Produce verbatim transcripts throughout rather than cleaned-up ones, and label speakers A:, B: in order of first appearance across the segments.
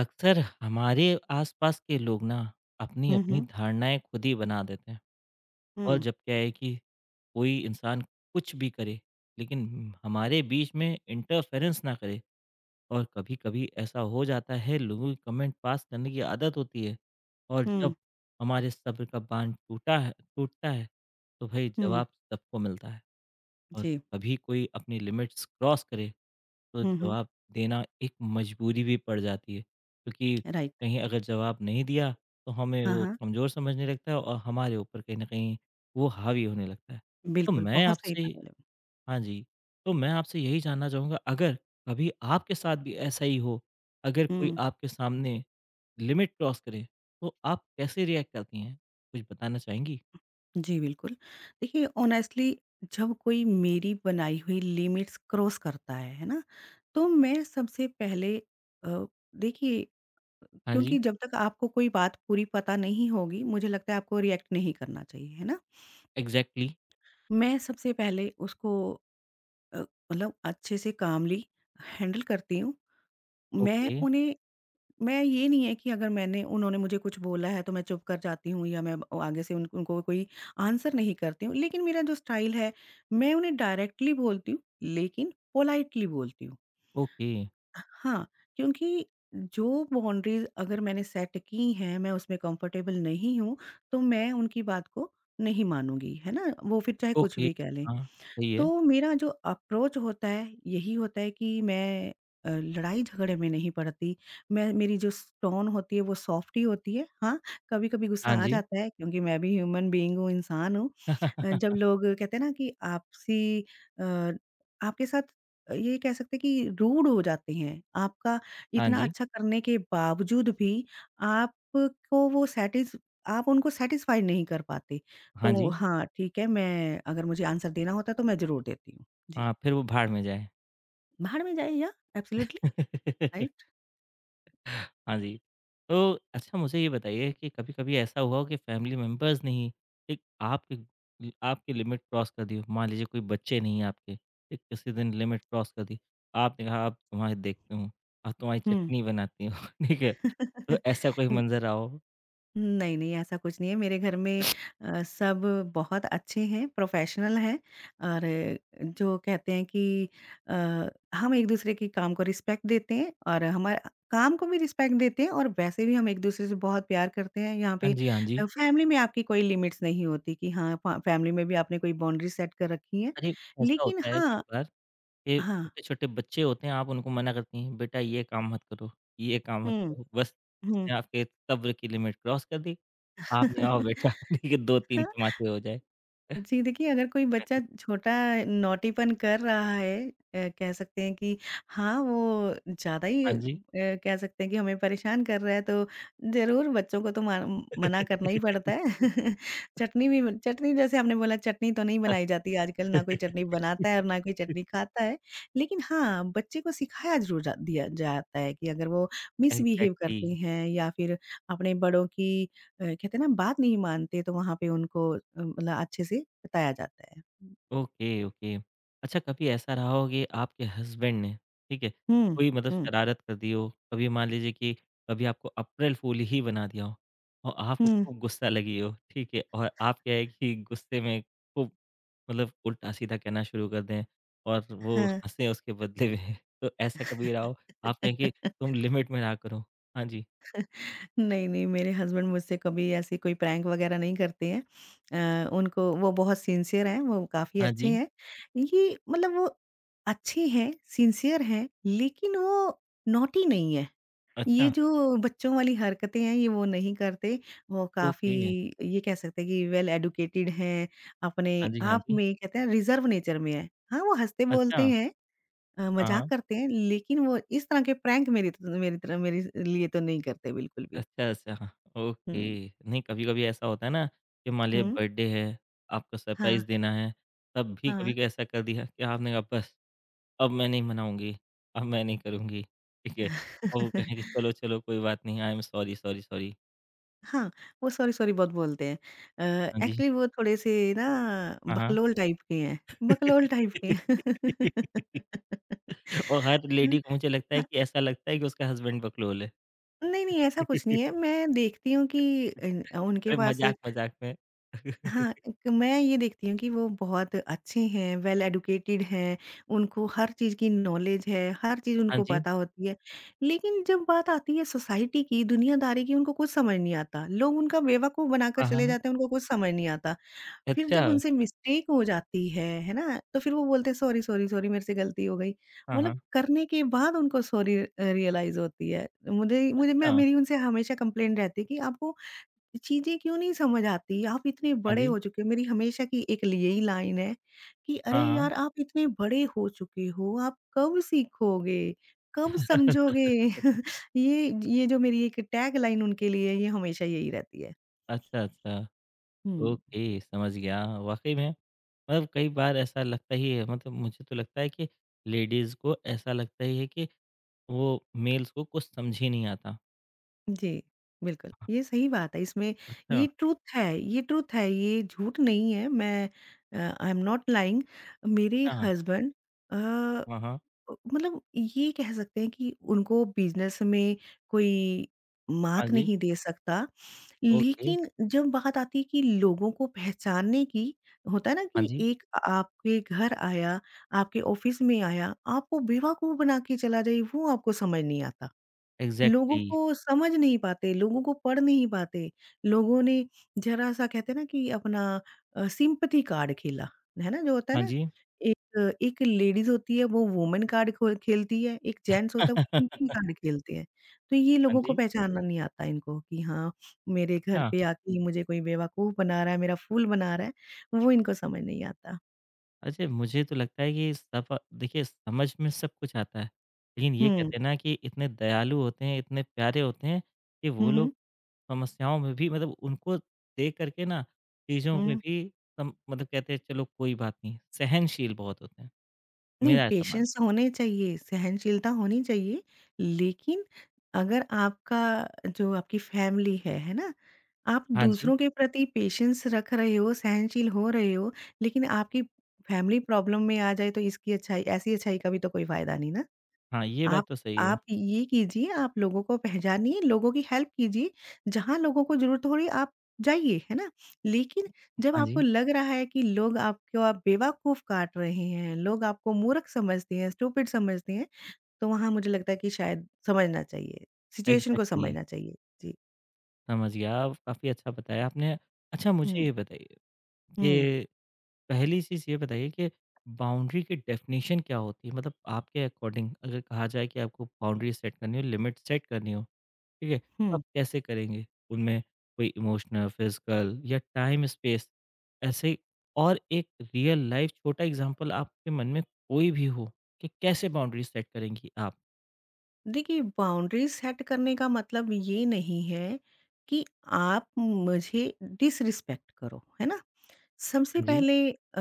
A: अक्सर हमारे आसपास के लोग ना अपनी
B: हुँ,
A: अपनी
B: हुँ।
A: धारणाएं खुद ही बना देते हैं। और
B: हुँ,
A: जब क्या है कि कोई इंसान कुछ भी करे लेकिन हमारे बीच में इंटरफेरेंस ना करे। और कभी कभी ऐसा हो जाता है लोगों की कमेंट पास करने की आदत होती है। और
B: हुँ,
A: जब हमारे सब्र का बांध टूटा है टूटता है तो भाई
B: हुँ।
A: जवाब सबको मिलता है। और
B: जी।
A: कभी कोई अपनी लिमिट्स क्रॉस करे तो
B: हुँ, हुँ।
A: जवाब देना एक मजबूरी भी पड़ जाती है क्योंकि
B: राइट।
A: कहीं अगर जवाब नहीं दिया तो हमें
B: हाँ,
A: वो
B: हाँ।
A: कमज़ोर समझने लगता है और हमारे ऊपर कहीं न कहीं वो हावी होने लगता है। तो
B: बिल्कुल,
A: मैं
B: बहुत सही
A: आपसे
B: बात बोले।
A: हाँ जी, तो मैं आपसे यही जानना चाहूँगा, अगर कभी आपके साथ भी ऐसा ही हो, अगर कोई
B: हुँ,
A: आपके सामने लिमिट क्रॉस करे, तो आप कैसे रिएक्ट करती हैं? कुछ बताना चाहेंगी?
B: जी, बिल्कुल। देखिए ऑनेस्टली जब कोई मेरी बनाई हुई लिमिट्स क्रॉस करता है, है ना? तो मैं सबसे पहले अ, देखिए
A: हाँ जी,
B: क्योंकि जब तक आपको कोई बात पूरी पता नहीं होगी, मुझे लगता है आपको रिएक्ट नहीं करना चाहिए, है ना?
A: एग्ज़ैक्टली।
B: मैं सबसे पहले उसको अ, मतलब अच्छे से कामली हैंडल करती हूँ। मैं
A: ओके,
B: उन्हें मैं ये नहीं है कि अगर मैंने उन्होंने मुझे कुछ बोला है तो मैं चुप कर जाती हूँ या मैं अब आगे से उन उनको कोई आंसर नहीं करती हूँ। लेकिन मेरा जो स्टाइल है मैं उन्हें डायरेक्टली बोलती हूँ लेकिन पोलाइटली बोलती हूँ।
A: ओके,
B: हाँ, क्योंकि जो बाउंड्रीज़ अगर मैंने सेट की हैं, मैं उसमें कंफर्टेबल नहीं हूँ, तो मैं उनकी बात को नहीं मानूँगी, है ना? वो फिर चाहे कुछ
A: ओके।
B: भी कह लें।
A: हाँ, सही है।
B: तो मेरा जो अप्रोच होता है, यही होता है कि मैं अ, लड़ाई-झगड़े में नहीं पड़ती। मैं मेरी जो स टोन होती है वो सॉफ्ट ही होती है। हाँ, कभी-कभी गुस्सा
A: हाँ
B: आ
A: जी।
B: जाता है क्योंकि मैं भी ह्यूमन बीइंग हूँ, इंसान हूँ। अ, जब लोग कहते हैं ना कि आपसी अ, आपके साथ ये कह सकते हैं कि रूड हो जाते हैं। आपका
A: हाँ
B: इतना
A: जी।
B: अच्छा करने के बावजूद भी आपको वो सैटिस आप उनको सैटिस्फाई नहीं कर पाते।
A: हाँ
B: तो
A: जी।
B: हाँ, ठीक है, मैं अगर मुझे आंसर देना होता तो मैं ज़रूर देती हूँ। जी।
A: हाँ, फिर वो भाड़ में जाए।
B: भाड़ में जाए या एब्सोल्यूटली राइट।
A: हाँ जी। तो अच्छा मुझे ये बताइए कि कभी-कभी ऐसा हुआ हो कि फैमिली मेंबर्स ने ही एक आपके ल आपकी लिमिट क्रॉस कर दी हो? मान लीजिए कोई बच्चे नहीं हैं आपके, एक किसी दिन लिमिट क्रॉस कर दी। आपने कहा अब तुम्हारी देखती हूँ, अब तुम्हारी
B: हुँ।
A: चटनी बनाती हूँ, ठीक है? तो ऐसा कोई मंज़र रहा हो?
B: नहीं, नहीं ऐसा कुछ नहीं है। मेरे घर में अ, सब बहुत अच्छे हैं, प्रोफ़ेशनल हैं और अ, जो कहते हैं कि अ, हम एक-दूसरे के काम को रिस्पेक्ट देते हैं और हमारा काम को भी रिस्पेक्ट देते हैं और वैसे भी हम एक-दूसरे से बहुत प्यार करते हैं। यहाँ
A: हाँ
B: पे
A: जी, हाँ
B: अ,
A: जी।
B: फैमिली में आपकी कोई लिमिट्स नहीं होती कि हाँ, फ फैमिली में भी आपने कोई बाउंड्री सेट कर रखी है।
A: अरे ऐसा
B: लेकिन
A: होता है कई
B: हाँ
A: बार। ये
B: हाँ।
A: छोटे-छोटे बच्चे होते हैं, आप उनको मना करती हैं, "बेटा ये काम मत करो, ये काम मत
B: हुँ,
A: करो।" बस
B: हुँ।
A: उसने आपके सब्र की लिमिट क्रॉस कर दी। आपने आओ बेटा देखिए दो तीन तमाचे हो जाए।
B: जी, देखिए अगर कोई
A: हाँ
B: बच्चा
A: जी।
B: छोटा नॉटीपन कर रहा है अ, कह सकते हैं कि हाँ, वो ज़्यादा ही
A: हाँ
B: अ,
A: जी।
B: कह सकते हैं कि हमें परेशान कर रहा है तो ज़रूर बच्चों को तो मान मना करना ही पड़ता है। चटनी भी बन चटनी जैसे आपने बोला चटनी तो नहीं बनाई जाती आजकल, ना कोई चटनी बनाता है और ना कोई चटनी खाता है। लेकिन हाँ, बच्चे को सिखाया ज़रूर जा दिया जाता है कि अगर वो मिसबिहेव
A: एग्ज़ैक्टली।
B: करते हैं या फिर अपने बड़ों की अ, कहते हैं ना बात नहीं मानते तो वहाँ पे उनको अ, मतलब अच्छे से बताया जाता है।
A: Okay, okay. अच्छा कभी ऐसा रहा हो कि आपके हस्बैंड ने, ठीक है,
B: हुँ,
A: कोई मतलब
B: हुँ,
A: शरारत कर दी हो, कभी मान लीजिए कि कभी आपको अप्रैल फ़ूल ही बना दिया हो और आपको
B: हुँ,
A: खूब गुस्सा लगी हो, ठीक है, और आप क्या है कि गुस्से में खूब मतलब उल्टा-सीधा कहना शुरू कर दें और वो
B: हाँ।
A: हँसे उसके बदले में, तो ऐसा कभी रहा हो? आप कहें कि तुम लिमिट में रहा करो। हाँ जी,
B: नहीं, नहीं मेरे हस्बैंड मुझसे कभी ऐसी कोई प्रैंक वग़ैरह नहीं करते हैं। अ, उनको वो बहुत सिंसियर हैं, वो काफ़ी
A: हाँ
B: अच्छे
A: जी,
B: हैं। ये मतलब वो अच्छे हैं, सिंसियर हैं लेकिन वो नॉटी नहीं है। ये
A: अच्छा,
B: जो बच्चों वाली हरकतें हैं ये वो नहीं करते, वो काफ़ी
A: ओके,
B: ये कह सकते हैं कि वेल एजुकेटेड हैं, अपने
A: हाँ जी, हाँ
B: आप
A: जी,
B: में कहते हैं रिज़र्व नेचर में हैं। हाँ, वो
A: अच्छा,
B: हँसते-बोलते हैं अ,
A: हाँ,
B: मज़ाक
A: हाँ।
B: करते हैं लेकिन वो इस तरह के प्रैंक मेरी त मेरी तरह मेरे लिए तो नहीं करते बिल्कुल भी।
A: अच्छा, अच्छा। हाँ, ओके।
B: हुँ,
A: नहीं कभी-कभी ऐसा होता है ना कि मान लीजिए
B: हुँ।
A: बर्थडे है, आपको
B: हाँ,
A: सरप्राइज़ देना है, तब भी कभी
B: हाँ।
A: कभी ऐसा कर दिया कि आपने कहा बस अब मैं नहीं मनाऊँगी, अब मैं नहीं करूँगी, ठीक है? और वो कहें कि चलो, चलो कोई बात नहीं, I am sorry, sorry, sorry.
B: हाँ, वो सॉरी, सॉरी बहुत बोलते हैं। अ,
A: हाँ जी।
B: एक्चुअली वो थोड़े-से ना
A: हाँ, हाँ।
B: बकलोल टाइप के हैं, बकलोल टाइप के हैं।
A: और हर लेडी को मुझे लगता है
B: हाँ
A: कि ऐसा लगता है कि उसका हस्बैंड बकलोल है।
B: नहीं, नहीं ऐसा कुछ नहीं है। मैं देखती हूँ कि इन उनके
A: अरे
B: पास
A: मज़ाक, मज़ाक में।
B: हाँ, क मैं ये देखती हूँ कि वो बहुत अच्छे हैं, वेल एजुकेटेड हैं, उनको हर चीज़ की नॉलेज है, हर चीज़
A: हाँ
B: उनको
A: जी।
B: पता होती है। लेकिन जब बात आती है सोसाइटी की, दुनियादारी की, उनको कुछ समझ नहीं आता। लोग उनका बेवकूफ़ बनाकर
A: हाँ, हाँ,
B: चले
A: हाँ।
B: जाते हैं, उनको कुछ समझ नहीं आता। फिर
A: अच्छा।
B: जब उनसे मिस्टेक हो जाती है, है ना? तो फिर वो बोलते हैं सॉरी, सॉरी, सॉरी मेरे से गलती हो गई।
A: हाँ,
B: मतलब
A: हाँ।
B: करने के बाद उनको सॉरी अ, रियलाइज़ होती है। मुझे मुझे मैं
A: अच्छा।
B: मेरी उनसे हमेशा कंप्लेंट रहती है कि आपको चीज़ें क्यों नहीं समझ आती? आप इतने
A: हाँ
B: बड़े
A: जी।
B: हो चुके हो। मेरी हमेशा की एक ल यही लाइन है कि अरे
A: हाँ, हाँ।
B: यार! आप इतने बड़े हो चुके हो, आप कब सीखोगे? कब समझोगे? ये ये जो मेरी एक टैगलाइन उनके लिए ये हमेशा यही रहती है।
A: अच्छा, अच्छा।
B: हुँ।
A: ओके, समझ गया। वाक़ई में मतलब कई बार ऐसा लगता ही है मतलब मुझे तो लगता है कि लेडीज़ को ऐसा लगता ही है कि वो मेल्स को कुछ समझ ही नहीं आता।
B: जी, बिल्कुल।
A: हाँ,
B: ये सही बात है इसमें ये
A: अच्छा।
B: ट्रुथ है ये ट्रुथ है, ये झूठ नहीं है मैं अ, आई एम नॉट लाइंग मेरे
A: हाँ,
B: हस्बैंड अ,
A: हाँ, हाँ।
B: मतलब ये कह सकते हैं कि उनको बिज़नेस में कोई
A: हाँ
B: मात
A: जी,
B: नहीं दे सकता,
A: ओके,
B: लेकिन जब बात आती है कि लोगों को पहचानने की, होता है ना
A: हाँ
B: कि
A: जी,
B: एक आपके घर आया, आपके ऑफ़िस में आया, आपको बेवकूफ़ बना के चला जाए, वो आपको समझ नहीं आता। लोगों
A: एग्ज़ैक्टली,
B: को समझ नहीं पाते, लोगों को पढ़ नहीं पाते। लोगों ने ज़रा-सा कहते हैं ना कि अपना अ, सिंपैथी कार्ड खेला, है ना? जो होता है
A: हाँ
B: ना,
A: जी।
B: एक एक लेडीज़ होती है वो वुमन कार्ड खो खेलती है, एक जेंट्स होता है वो सिंपैथी कार्ड खेलते हैं। तो ये
A: हाँ
B: लोगों को
A: जी,
B: पहचानना नहीं आता इनको कि हाँ, मेरे घर
A: अच्छा।
B: पे आके ही मुझे कोई बेवकूफ़ बना रहा है, मेरा फूल बना रहा है, वो इनको समझ नहीं आता।
A: अच्छा, मुझे तो लगता है कि सफ़ देखिए समझ में सब कुछ आता है। लेकिन ये
B: हुँ।
A: कहते हैं ना कि इतने दयालु होते हैं, इतने प्यारे होते हैं कि
B: हुँ,
A: वो लोग
B: हुँ।
A: समस्याओं में भी मतलब उनको देख करके ना चीज़ों में
B: हुँ।
A: भी सम मतलब कहते हैं चलो कोई बात नहीं, सहनशील बहुत होते हैं,
B: नहीं,
A: मेरा ऐसा मानना
B: पेशेंस
A: है।
B: होने चाहिए, सहनशीलता होनी चाहिए, लेकिन अगर आपका जो आपकी फैमिली है, है ना? आप
A: हाँ जी,
B: दूसरों के प्रति पेशेंस रख रहे हो, सहनशील हो रहे हो, लेकिन आपकी फैमिली प्रॉब्लम में आ जाए तो इसकी अच्छाई ऐसी अच्छाई का भी तो कोई फ़ायदा नहीं ना।
A: हाँ, ये बात
B: आप
A: तो सही है।
B: आप ये कीजिए, आप लोगों को पहचानिए, लोगों की हेल्प कीजिए, जहाँ लोगों को ज़रूरत हो रही है आप जाइए, है ना? लेकिन जब
A: हाँ
B: आपको
A: जी,
B: लग रहा है कि लोग आपको आप बेवकूफ़ काट रहे हैं, लोग आपको मूर्ख समझते हैं, स्टूपिड समझते हैं, तो वहाँ मुझे लगता है कि शायद समझना चाहिए, सिचुएशन को
A: एग्ज़ैक्टली
B: समझना चाहिए। जी।
A: समझ गया अब काफ़ी अच्छा बताया आपने। अच्छा मुझे
B: हुँ,
A: ये बताइए कि
B: हुँ,
A: पहली चीज़ ये बताइए कि बाउंड्री की डेफ़िनेशन क्या होती है? मतलब आपके अकॉर्डिंग अगर कहा जाए कि आपको बाउंड्री सेट करनी हो, लिमिट सेट करनी हो, ठीक है? तो आप
B: हुँ।
A: कैसे करेंगे? उनमें कोई इमोशनल, फिज़िकल या टाइम स्पेस ऐसे और एक रियल लाइफ़ छोटा एग्ज़ाम्पल आपके मन में कोई भी हो कि कैसे बाउंड्री सेट करेंगी आप?
B: देखिए, बाउंड्रीज़ सेट करने का मतलब ये नहीं है कि आप मुझे डिसरिस्पेक्ट करो, है ना? सबसे
A: हाँ जी,
B: पहले अ,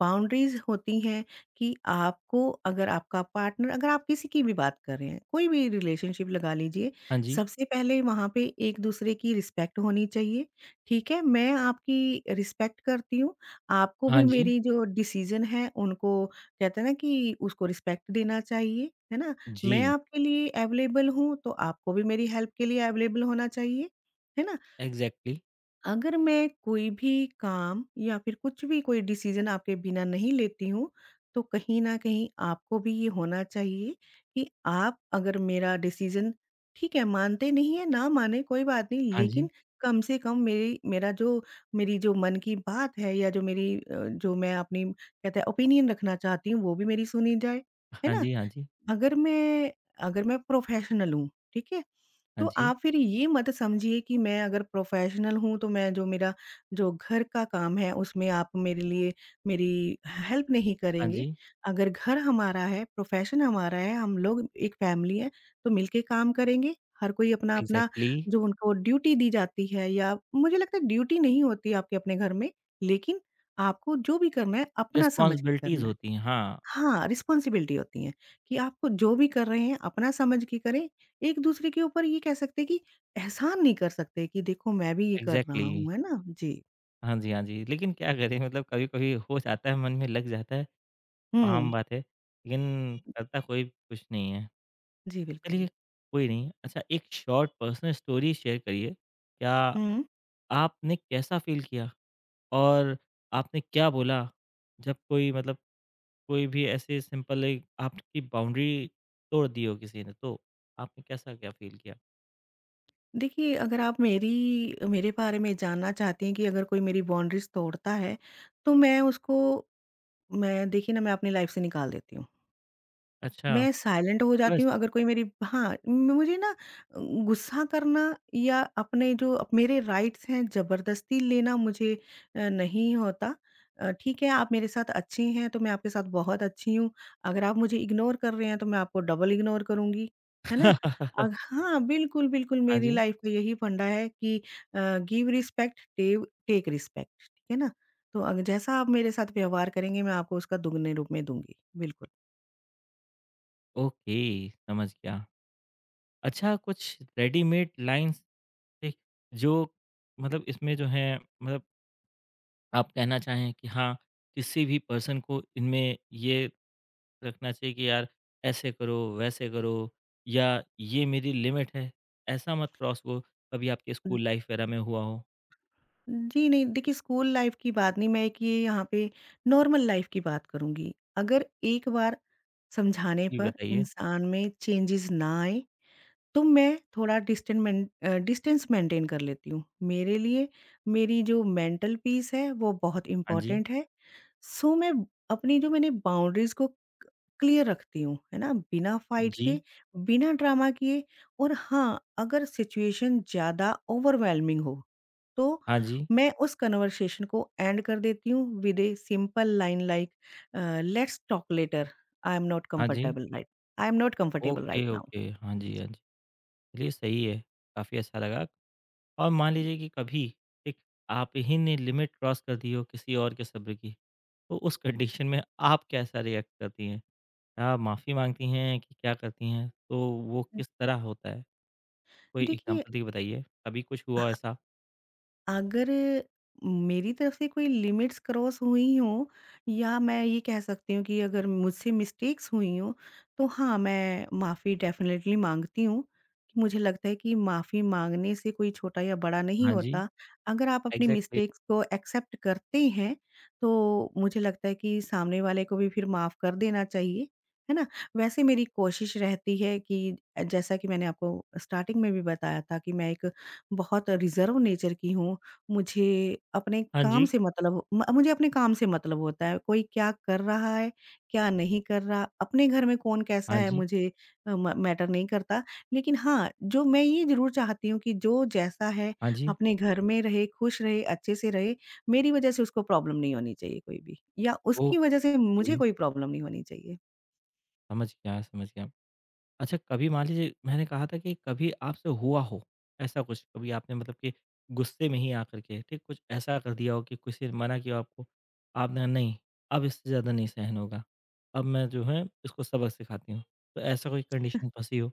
B: बाउंड्रीज़ होती हैं कि आपको अगर आपका पार्टनर अगर आप किसी की भी बात कर रहे हैं, कोई भी रिलेशनशिप लगा लीजिए,
A: हाँ जी,
B: सबसे पहले वहाँ पे एक-दूसरे की रिस्पेक्ट होनी चाहिए, ठीक है? मैं आपकी रिस्पेक्ट करती हूँ, आपको
A: हाँ
B: भी
A: जी,
B: मेरी जो डिसीज़न है उनको कहते हैं ना कि उसको रिस्पेक्ट देना चाहिए, है ना?
A: जी।
B: मैं आपके लिए अवेलेबल हूँ, तो आपको भी मेरी हेल्प के लिए अवेलेबल होना चाहिए, है ना?
A: एग्ज़ैक्टली।
B: अगर मैं कोई भी काम या फिर कुछ भी कोई डिसीजन आपके बिना नहीं लेती हूँ, तो कहीं न कहीं आपको भी ये होना चाहिए कि आप अगर मेरा डिसीजन ठीक है, मानते नहीं हैं, ना मानें कोई बात नहीं
A: हाँ
B: लेकिन
A: जी,
B: कम से कम मेरी मेरा जो मेरी जो मन की बात है या जो मेरी अ, जो मैं अपनी कहते हैं ओपिनियन रखना चाहती हूँ, वो भी मेरी सुनी जाए। है
A: हाँ
B: ना?
A: जी, हाँ जी,
B: अगर मैं अगर मैं प्रोफ़ेशनल हूँ, ठीक है?
A: हाँ
B: तो
A: जी,
B: आप फिर ये मत समझिए कि मैं अगर प्रोफेशनल हूँ तो मैं जो मेरा जो घर का काम है उसमें आप मेरे लिए मेरी हेल्प नहीं
A: हाँ
B: करेंगे।
A: जी,
B: अगर घर हमारा है, प्रोफेशन हमारा है, हम लोग एक फैमिली है तो मिलके काम करेंगे। हर कोई अपना-अपना
A: एग्ज़ैक्टली
B: जो उनको ड्यूटी दी जाती है या मुझे लगता है ड्यूटी नहीं होती आपके अपने घर में, लेकिन आपको जो भी करना है अपना समझ के
A: रिस्पॉन्सिबिलिटीज़
B: करना है।
A: होती हैं। हाँ,
B: हाँ, रिस्पॉन्सिबिलिटी होती है कि आपको जो भी कर रहे हैं अपना समझ के करें। एक-दूसरे के ऊपर ये कह सकते हैं कि एहसान नहीं कर सकते कि देखो मैं भी ये कर रहा
A: एग्ज़ैक्टली।
B: हूँ, है ना? जी।
A: हाँ जी, हाँ जी। लेकिन क्या करें मतलब कभी-कभी हो जाता है, मन में लग जाता है,
B: हुँ।
A: आम बात है, लेकिन करता कोई कुछ नहीं है।
B: जी,
A: चलिए,
B: बिल्कुल।
A: कोई नहीं। अच्छा एक शॉर्ट पर्सनल स्टोरी शेयर करिए, क्या
B: हुँ।
A: आपने कैसा फ़ील किया और आपने क्या बोला जब कोई मतलब कोई भी ऐसे सिंपल एक आपकी बाउंड्री तोड़ दी हो किसी ने, तो आपने कैसा क्या फ़ील किया?
B: देखिए अगर आप मेरी मेरे बारे में जानना चाहती हैं कि अगर कोई मेरी बाउंड्रीज़ तोड़ता है, तो मैं उसको मैं देखिए ना मैं अपनी लाइफ़ से निकाल देती हूँ।
A: अच्छा,
B: मैं साइलेंट हो जाती
A: बस।
B: हूँ अगर कोई मेरी हाँ, म- मुझे ना अ, गुस्सा करना या अपने जो अप मेरे राइट्स हैं ज़बरदस्ती लेना मुझे अ, नहीं होता। अ, ठीक है, आप मेरे साथ अच्छे हैं तो मैं आपके साथ बहुत अच्छी हूँ। अगर आप मुझे इग्नोर कर रहे हैं तो मैं आपको डबल इग्नोर करूँगी, है ना? अग हाँ, बिल्कुल, बिल्कुल
A: हाँ
B: मेरी
A: जी,
B: लाइफ़ का यही फंडा है कि अ, गिव रिस्पेक्ट टेव टेक रिस्पेक्ट, ठीक है ना? तो अग जैसा आप मेरे साथ व्यवहार करेंगे मैं आपको उसका दुगने रूप में दूँगी। बिल्कुल।
A: ओके, समझ गया। अच्छा, कुछ रेडीमेड लाइन्स ठीक, जो मतलब इसमें जो है मतलब आप कहना चाहें कि हाँ, किसी भी पर्सन को इनमें ये रखना चाहिए कि यार ऐसे करो, वैसे करो या ये मेरी लिमिट है, ऐसा मत क्रॉस हो, कभी आपके स्कूल लाइफ वगैरह में हुआ हो?
B: जी, नहीं देखिए स्कूल लाइफ़ की बात नहीं, मैं एक ये यहाँ पे नॉर्मल लाइफ़ की बात करूँगी। अगर एक बार समझाने
A: जी
B: पर
A: बताइए।
B: इंसान में चेंजेज़ ना आए, तो मैं थोड़ा डिस्टेंट मेन अ, डिस्टेंस मेंटेन कर लेती हूँ। मेरे लिए मेरी जो मेंटल पीस है वो बहुत
A: हाँ जी,
B: इम्पोर्टेंट है। सो मैं अपनी जो मैंने बाउंड्रीज़ को क्लियर रखती हूँ, है ना? बिना फाइट
A: जी,
B: के, बिना ड्रामा किए और हाँ, अगर सिचुएशन ज़्यादा ओवरवेलमिंग हो, तो
A: हाँ जी,
B: मैं उस कन्वर्सेशन को एंड कर देती हूँ with a simple line like uh, let's talk later, I am not
A: हाँ जी।
B: Comfortable right I am not comfortable right
A: okay,
B: now.
A: Okay. हाँ जी,
B: जी।
A: हाँ जी। चलिए सही है, काफ़ी अच्छा लगा। और मान लीजिए कि कभी, ठीक, आप ही ने लिमिट क्रॉस कर दी हो किसी और के सब्र की। तो उस कंडीशन में आप कैसा रिएक्ट करती हैं? क्या माफ़ी माँगती हैं कि क्या करती हैं? तो वो किस तरह होता है? कोई
B: देखिए
A: एग्ज़ाम्पल देके बताइए। कभी कुछ हुआ हो ऐसा?
B: अगर मेरी तरफ से कोई लिमिट्स क्रॉस हुई हो या मैं ये कह सकती हूँ कि अगर मुझसे मिस्टेक्स हुई हो, तो हाँ, मैं माफ़ी डेफ़िनेटली माँगती हूँ। कि मुझे लगता है कि माफ़ी माँगने से कोई छोटा या बड़ा नहीं
A: हाँ जी,
B: होता। अगर आप अपनी
A: एग्ज़ैक्टली।
B: मिस्टेक्स को एक्सेप्ट करते हैं, तो मुझे लगता है कि सामने वाले को भी फिर माफ़ कर देना चाहिए, है ना? वैसे मेरी कोशिश रहती है कि जैसा कि मैंने आपको स्टार्टिंग में भी बताया था कि मैं एक बहुत रिज़र्व नेचर की हूँ। मुझे अपने
A: हाँ
B: काम
A: जी,
B: से मतलब म मुझे अपने काम से मतलब होता है, कोई क्या कर रहा है, क्या नहीं कर रहा, अपने घर में कौन कैसा
A: हाँ
B: है
A: जी,
B: मुझे अ, म मैटर नहीं करता। लेकिन हाँ, जो मैं ये ज़रूर चाहती हूँ कि जो जैसा है
A: हाँ जी।
B: अपने घर में रहे, खुश रहे, अच्छे से रहे, मेरी वज़ह से उसको प्रॉब्लम नहीं होनी चाहिए कोई भी या उसकी वज़ह से
A: ओके,
B: मुझे कोई प्रॉब्लम नहीं होनी चाहिए।
A: समझ गया, समझ गया। अच्छा कभी मान लीजिए मैंने कहा था कि कभी आपसे हुआ हो ऐसा कुछ कभी आपने मतलब कि गुस्से में ही आकर के ठीक कुछ ऐसा कर दिया हो कि किसी ने मना किया हो आपको, आपने कहा, नहीं अब इससे ज़्यादा नहीं सहन होगा, अब मैं जो है इसको सबक सिखाती हूँ, तो ऐसा कोई कंडीशन फंसी हो।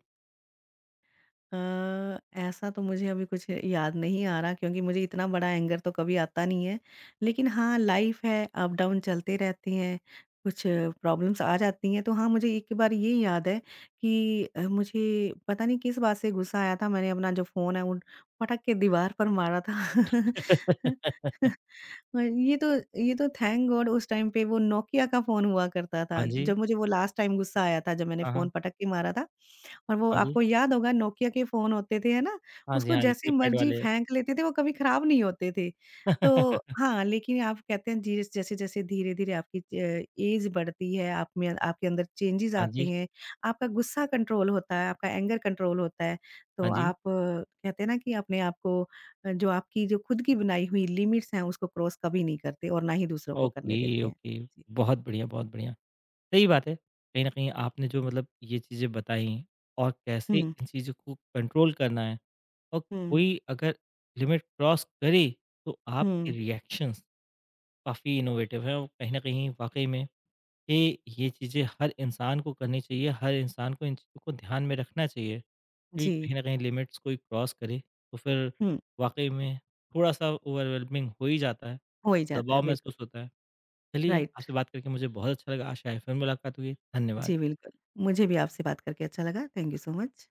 B: अ, ऐसा तो मुझे अभी कुछ याद नहीं आ रहा क्योंकि मुझे इतना बड़ा एंगर तो कभी आता नहीं है। लेकिन हाँ, लाइफ़ है, अप डाउन चलते रहते हैं, कुछ प्रॉब्लम्स आ जाती हैं। तो हाँ, मुझे एक बार ये याद है कि अ, मुझे पता नहीं किस बात से गुस्सा आया था, मैंने अपना जो फ़ोन है वो पटक के दीवार पर मारा था। हाँ, ये तो ये तो थैंक गॉड उस टाइम पे वो नोकिया का फ़ोन हुआ करता
A: हाँ
B: था।
A: जी,
B: जब मुझे वो लास्ट टाइम गुस्सा आया था जब मैंने
A: हाँ हाँ,
B: फ़ोन पटक के मारा था और वो
A: हाँ जी,
B: आपको याद होगा नोकिया के फ़ोन होते थे, है ना?
A: हाँ जी,
B: उसको
A: हाँ जी
B: जैसे
A: कीपैड
B: मर्ज़ी
A: वाले।
B: फेंक लेते थे, वो कभी ख़राब नहीं होते थे। तो हाँ, लेकिन आप कहते हैं जिस जैसे-जैसे धीरे-धीरे आपकी अ, एज बढ़ती है, आप में आपके अंदर चेंजेज़
A: हाँ
B: आते
A: जी,
B: हैं, आपका गुस्सा कंट्रोल होता है, आपका एंगर कंट्रोल होता है। तो
A: हाँ जी।
B: आप अ, कहते हैं ना कि अपने आप को अ, जो आपकी जो खुद की बनाई हुई लिमिट्स हैं, उसको क्रॉस कभी नहीं करते और ना ही दूसरों को करने
A: ओके,
B: देते हैं।
A: ओके।
B: जी।
A: बहुत बढ़िया, बहुत बढ़िया। सही बात है। कहीं न कहीं आपने जो मतलब ये चीज़ें बताई हैं और कैसे
B: हुँ,
A: इन चीज़ों को कंट्रोल करना है और
B: हुँ,
A: कोई अगर लिमिट क्रॉस करे तो आपके
B: हुँ,
A: रिएक्शंस काफ़ी इनोवेटिव हैं और कहीं न कहीं वाक़ई में ये ये चीज़ें हर इंसान को करनी चाहिए, हर इंसान को इन चीज़ों को ध्यान में रखना चाहिए कि
B: जी,
A: कहीं न कहीं लिमिट्स कोई क्रॉस करे तो फिर
B: हुँ,
A: वाक़ई में थोड़ा-सा ओवरवेलमिंग हो ही जाता है,
B: हो ही जाता है
A: दबाव
B: बिल्कुल,
A: महसूस होता है। चलिए
B: राइट।
A: आपसे बात करके मुझे बहुत अच्छा लगा, आशा है फिर मुलाकात होगी।
B: जी,
A: धन्यवाद।
B: बिल्कुल। मुझे भी आपसे बात करके अच्छा लगा। Thank you so much.